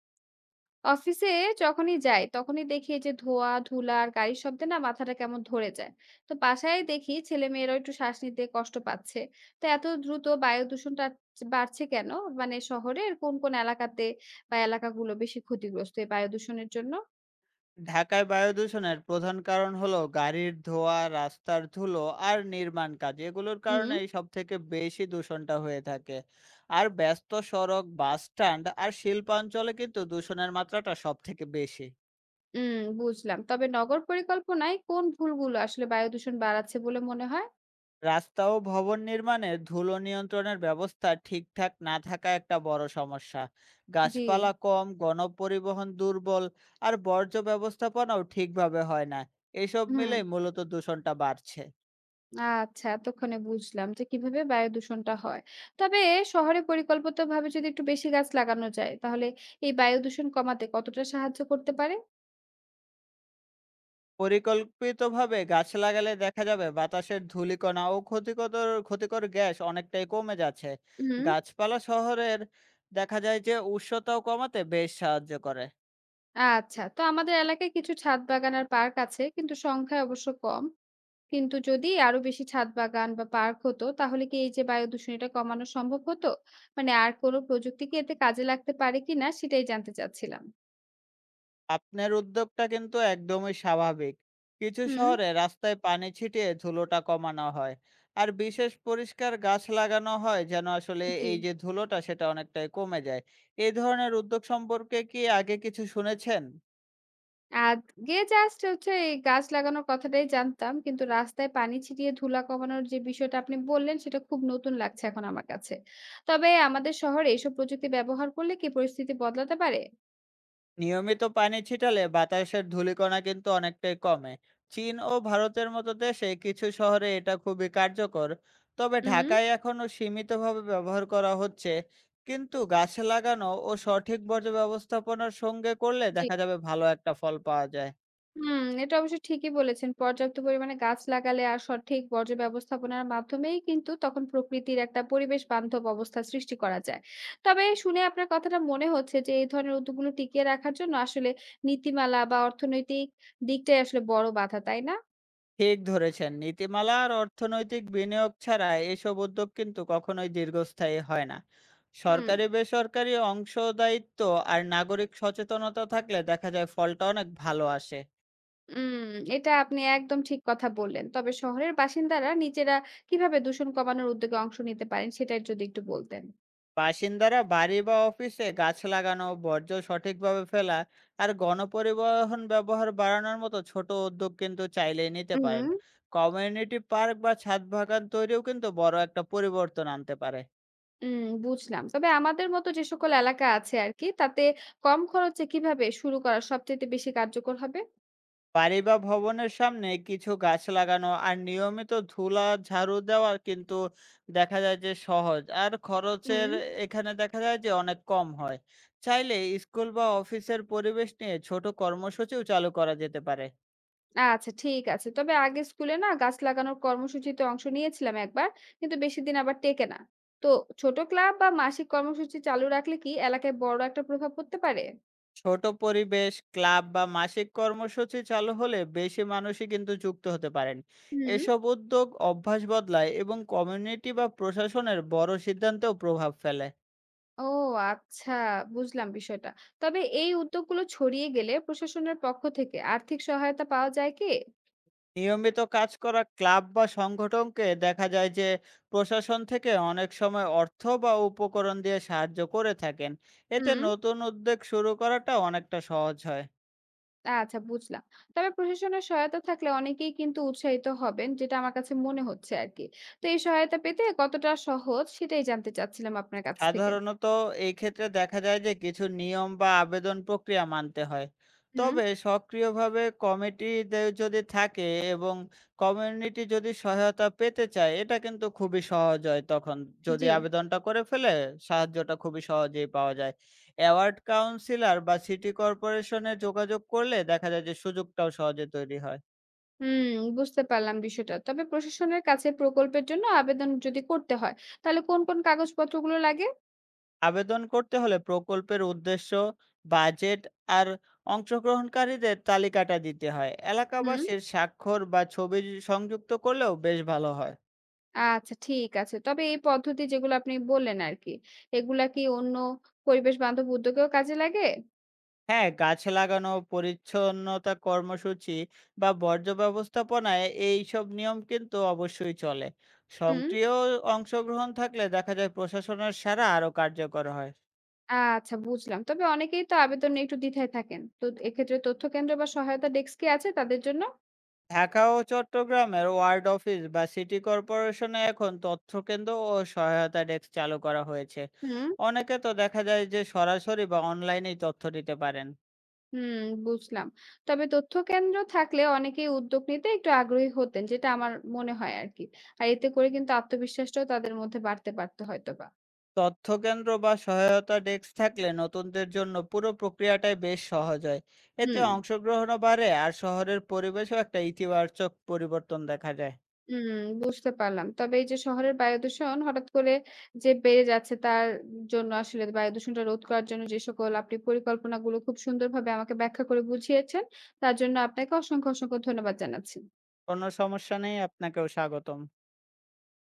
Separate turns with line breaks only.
অফিসে যখনই যাই তখনই দেখি যে ধোয়া ধুলা আর গাড়ির শব্দে না মাথাটা কেমন ধরে যায়। তো বাসায় দেখি ছেলে মেয়েরাও একটু শ্বাস নিতে কষ্ট পাচ্ছে। তো এত দ্রুত বায়ু দূষণটা বাড়ছে কেন? মানে শহরের কোন কোন এলাকাতে বা এলাকাগুলো বেশি ক্ষতিগ্রস্ত এই বায়ু দূষণের জন্য?
ঢাকায় বায়ু দূষণের প্রধান কারণ হলো গাড়ির ধোঁয়া, রাস্তার ধুলো আর নির্মাণ কাজ। এগুলোর
হুম।
কারণেই সব থেকে বেশি দূষণটা হয়ে থাকে। আর ব্যস্ত সড়ক, বাস স্ট্যান্ড আর শিল্পাঞ্চলে কিন্তু দূষণের মাত্রাটা সব থেকে বেশি।
হুম, বুঝলাম। তবে নগর পরিকল্পনায় কোন ভুলগুলো আসলে বায়ু দূষণ বাড়াচ্ছে বলে মনে হয়?
রাস্তা ও ভবন নির্মাণে ধুলো নিয়ন্ত্রণের ব্যবস্থা ঠিকঠাক না থাকা একটা বড় সমস্যা।
জি।
গাছপালা কম, গণপরিবহন দুর্বল, আর বর্জ্য ব্যবস্থাপনাও ঠিকভাবে হয় না। এসব
হুম।
মিলেই মূলত দূষণটা বাড়ছে।
আচ্ছা, এতক্ষণে বুঝলাম যে কিভাবে বায়ু দূষণটা হয়। তবে শহরে পরিকল্পিতভাবে যদি একটু বেশি গাছ লাগানো যায়, তাহলে এই বায়ু দূষণ কমাতে কতটা সাহায্য করতে পারে?
পরিকল্পিতভাবে গাছ লাগালে দেখা যাবে বাতাসের ধূলিকণা ও ক্ষতিকর ক্ষতিকর গ্যাস অনেকটাই কমে যাচ্ছে।
হুম।
গাছপালা শহরের দেখা যায় যে উষ্ণতাও কমাতে বেশ সাহায্য করে।
আচ্ছা, তো আমাদের এলাকায় কিছু ছাদ বাগান আর পার্ক আছে, কিন্তু সংখ্যায় অবশ্য কম। কিন্তু যদি আরো বেশি ছাদ বাগান বা পার্ক হতো, তাহলে কি এই যে বায়ু দূষণ এটা কমানো সম্ভব হতো? মানে আর কোনো প্রযুক্তি কি এতে কাজে লাগতে পারে কিনা সেটাই জানতে চাচ্ছিলাম।
আপনার উদ্যোগটা কিন্তু একদমই স্বাভাবিক। কিছু
হুম।
শহরে রাস্তায় পানি ছিটিয়ে ধুলোটা কমানো হয়, আর বিশেষ পরিষ্কার গাছ লাগানো হয় যেন আসলে
জি।
এই যে ধুলোটা সেটা অনেকটাই কমে যায়। এই ধরনের উদ্যোগ সম্পর্কে কি আগে কিছু শুনেছেন?
আগে জাস্ট হচ্ছে এই গাছ লাগানোর কথাটাই জানতাম। কিন্তু রাস্তায় পানি ছিটিয়ে ধুলা কমানোর যে বিষয়টা আপনি বললেন, সেটা খুব নতুন লাগছে এখন আমার কাছে। তবে আমাদের শহরে এসব প্রযুক্তি ব্যবহার করলে কি পরিস্থিতি বদলাতে পারে?
নিয়মিত পানি ছিটালে বাতাসের ধূলিকণা কিন্তু অনেকটাই কমে। চীন ও ভারতের মতো দেশে কিছু শহরে এটা খুবই কার্যকর, তবে
হুম।
ঢাকায় এখনো সীমিতভাবে ব্যবহার করা হচ্ছে। কিন্তু গাছ লাগানো ও সঠিক বর্জ্য ব্যবস্থাপনার সঙ্গে করলে
জি।
দেখা যাবে ভালো একটা ফল পাওয়া যায়।
হুম, এটা অবশ্য ঠিকই বলেছেন। পর্যাপ্ত পরিমাণে গাছ লাগালে আর সঠিক বর্জ্য ব্যবস্থাপনার মাধ্যমেই কিন্তু তখন প্রকৃতির একটা পরিবেশ বান্ধব অবস্থা সৃষ্টি করা যায়। তবে শুনে আপনার কথাটা মনে হচ্ছে যে এই ধরনের উদ্যোগগুলো টিকিয়ে রাখার জন্য আসলে নীতিমালা বা অর্থনৈতিক দিকটাই আসলে বড় বাধা, তাই না?
ঠিক ধরেছেন, নীতিমালা আর অর্থনৈতিক বিনিয়োগ ছাড়া এসব উদ্যোগ কিন্তু কখনোই দীর্ঘস্থায়ী হয় না।
হুম।
সরকারি বেসরকারি অংশদায়িত্ব আর নাগরিক সচেতনতা থাকলে দেখা যায় ফলটা অনেক ভালো আসে।
উম এটা আপনি একদম ঠিক কথা বললেন। তবে শহরের বাসিন্দারা নিজেরা কিভাবে দূষণ কমানোর উদ্যোগে অংশ নিতে পারেন সেটা যদি একটু বলতেন।
বাসিন্দারা বাড়ি বা অফিসে গাছ লাগানো, বর্জ্য সঠিকভাবে ফেলা আর গণপরিবহন ব্যবহার বাড়ানোর মতো ছোট উদ্যোগ কিন্তু চাইলেই নিতে পারেন।
হুম।
কমিউনিটি পার্ক বা ছাদ বাগান তৈরিও কিন্তু বড় একটা পরিবর্তন আনতে পারে।
হুম, বুঝলাম। তবে আমাদের মতো যে সকল এলাকা আছে আরকি, তাতে কম খরচে কিভাবে শুরু করা সবচাইতে বেশি কার্যকর হবে?
বাড়ি বা ভবনের সামনে কিছু গাছ লাগানো আর নিয়মিত ধুলা ঝাড়ু দেওয়া কিন্তু দেখা যায় যে সহজ আর খরচের
হুম।
এখানে দেখা যায় যে অনেক কম হয়। চাইলে স্কুল বা অফিসের পরিবেশ নিয়ে ছোট কর্মসূচিও চালু করা যেতে পারে।
আচ্ছা, ঠিক আছে। তবে আগে স্কুলে না গাছ লাগানোর কর্মসূচিতে অংশ নিয়েছিলাম একবার, কিন্তু বেশিদিন আবার টেকে না। তো ছোট ক্লাব বা মাসিক কর্মসূচি চালু রাখলে কি এলাকায় বড় একটা প্রভাব পড়তে পারে?
ছোট পরিবেশ, ক্লাব বা মাসিক কর্মসূচি চালু হলে বেশি মানুষই কিন্তু যুক্ত হতে পারেন।
হুম।
এসব উদ্যোগ অভ্যাস বদলায় এবং কমিউনিটি বা প্রশাসনের বড় সিদ্ধান্তেও প্রভাব ফেলে।
ও, আচ্ছা, বুঝলাম বিষয়টা। তবে এই উদ্যোগগুলো ছড়িয়ে গেলে প্রশাসনের পক্ষ থেকে আর্থিক সহায়তা পাওয়া যায় কি?
নিয়মিত কাজ করা ক্লাব বা সংগঠনকে দেখা যায় যে প্রশাসন থেকে অনেক সময় অর্থ বা উপকরণ দিয়ে সাহায্য করে থাকেন। এতে
হুম।
নতুন উদ্যোগ শুরু করাটা অনেকটা সহজ হয়।
আচ্ছা, বুঝলাম। তবে প্রশাসনের সহায়তা থাকলে অনেকেই কিন্তু উৎসাহিত হবেন যেটা আমার কাছে মনে হচ্ছে আরকি। তো এই সহায়তা পেতে কতটা সহজ সেটাই জানতে চাচ্ছিলাম আপনার কাছ থেকে।
সাধারণত এই ক্ষেত্রে দেখা যায় যে কিছু নিয়ম বা আবেদন প্রক্রিয়া মানতে হয়।
হুম।
তবে সক্রিয়ভাবে কমিটিতে যদি থাকে এবং কমিউনিটি যদি সহায়তা পেতে চায়, এটা কিন্তু খুবই সহজ হয় তখন। যদি
জি।
আবেদনটা করে ফেলে, সাহায্যটা খুবই সহজেই পাওয়া যায়। অ্যাওয়ার্ড কাউন্সিলর বা সিটি কর্পোরেশনে যোগাযোগ করলে দেখা যায় যে সুযোগটাও সহজে তৈরি হয়।
হুম, বুঝতে পারলাম বিষয়টা। তবে প্রশাসনের কাছে প্রকল্পের জন্য আবেদন যদি করতে হয়, তাহলে কোন কাগজপত্রগুলো লাগে?
আবেদন করতে হলে প্রকল্পের উদ্দেশ্য, বাজেট আর অংশগ্রহণকারীদের তালিকাটা দিতে হয়।
হুম।
এলাকাবাসীর স্বাক্ষর বা ছবি সংযুক্ত করলেও বেশ ভালো হয়।
আচ্ছা, ঠিক আছে। তবে এই পদ্ধতি যেগুলো আপনি বললেন আরকি, এগুলা কি অন্য পরিবেশ বান্ধব উদ্যোগেও কাজে লাগে?
হ্যাঁ, গাছ লাগানো, পরিচ্ছন্নতা কর্মসূচি বা বর্জ্য ব্যবস্থাপনায় এইসব নিয়ম কিন্তু অবশ্যই চলে।
হুম।
সক্রিয় অংশগ্রহণ থাকলে দেখা যায় প্রশাসনের সাড়া আরও কার্যকর হয়।
আচ্ছা, বুঝলাম। তবে অনেকেই তো আবেদন নিয়ে একটু দ্বিধায় থাকেন। তো এক্ষেত্রে তথ্য কেন্দ্র বা সহায়তা ডেস্ক কি আছে তাদের জন্য?
ঢাকা ও চট্টগ্রামের ওয়ার্ড অফিস বা সিটি কর্পোরেশনে এখন তথ্য কেন্দ্র ও সহায়তা ডেস্ক চালু করা হয়েছে।
হুম।
অনেকে তো দেখা যায় যে সরাসরি বা অনলাইনেই তথ্য দিতে পারেন।
হুম, বুঝলাম। তবে তথ্য কেন্দ্র থাকলে অনেকেই উদ্যোগ নিতে একটু আগ্রহী হতেন যেটা আমার মনে হয় আরকি। আর এতে করে কিন্তু আত্মবিশ্বাসটাও তাদের মধ্যে বাড়তে পারত হয়তোবা।
তথ্য কেন্দ্র বা সহায়তা ডেস্ক থাকলে নতুনদের জন্য পুরো প্রক্রিয়াটাই বেশ সহজ হয়। এতে
হুম।
অংশগ্রহণও বাড়ে আর শহরের পরিবেশও একটা ইতিবাচক পরিবর্তন দেখা যায়।
হুম, বুঝতে পারলাম। তবে এই যে শহরের বায়ু দূষণ হঠাৎ করে যে বেড়ে যাচ্ছে তার জন্য আসলে বায়ু দূষণটা রোধ করার জন্য যে সকল আপনি পরিকল্পনাগুলো খুব সুন্দরভাবে আমাকে ব্যাখ্যা করে বুঝিয়েছেন, তার জন্য আপনাকে অসংখ্য ধন্যবাদ জানাচ্ছি।
কোনো সমস্যা নেই, আপনাকেও স্বাগতম।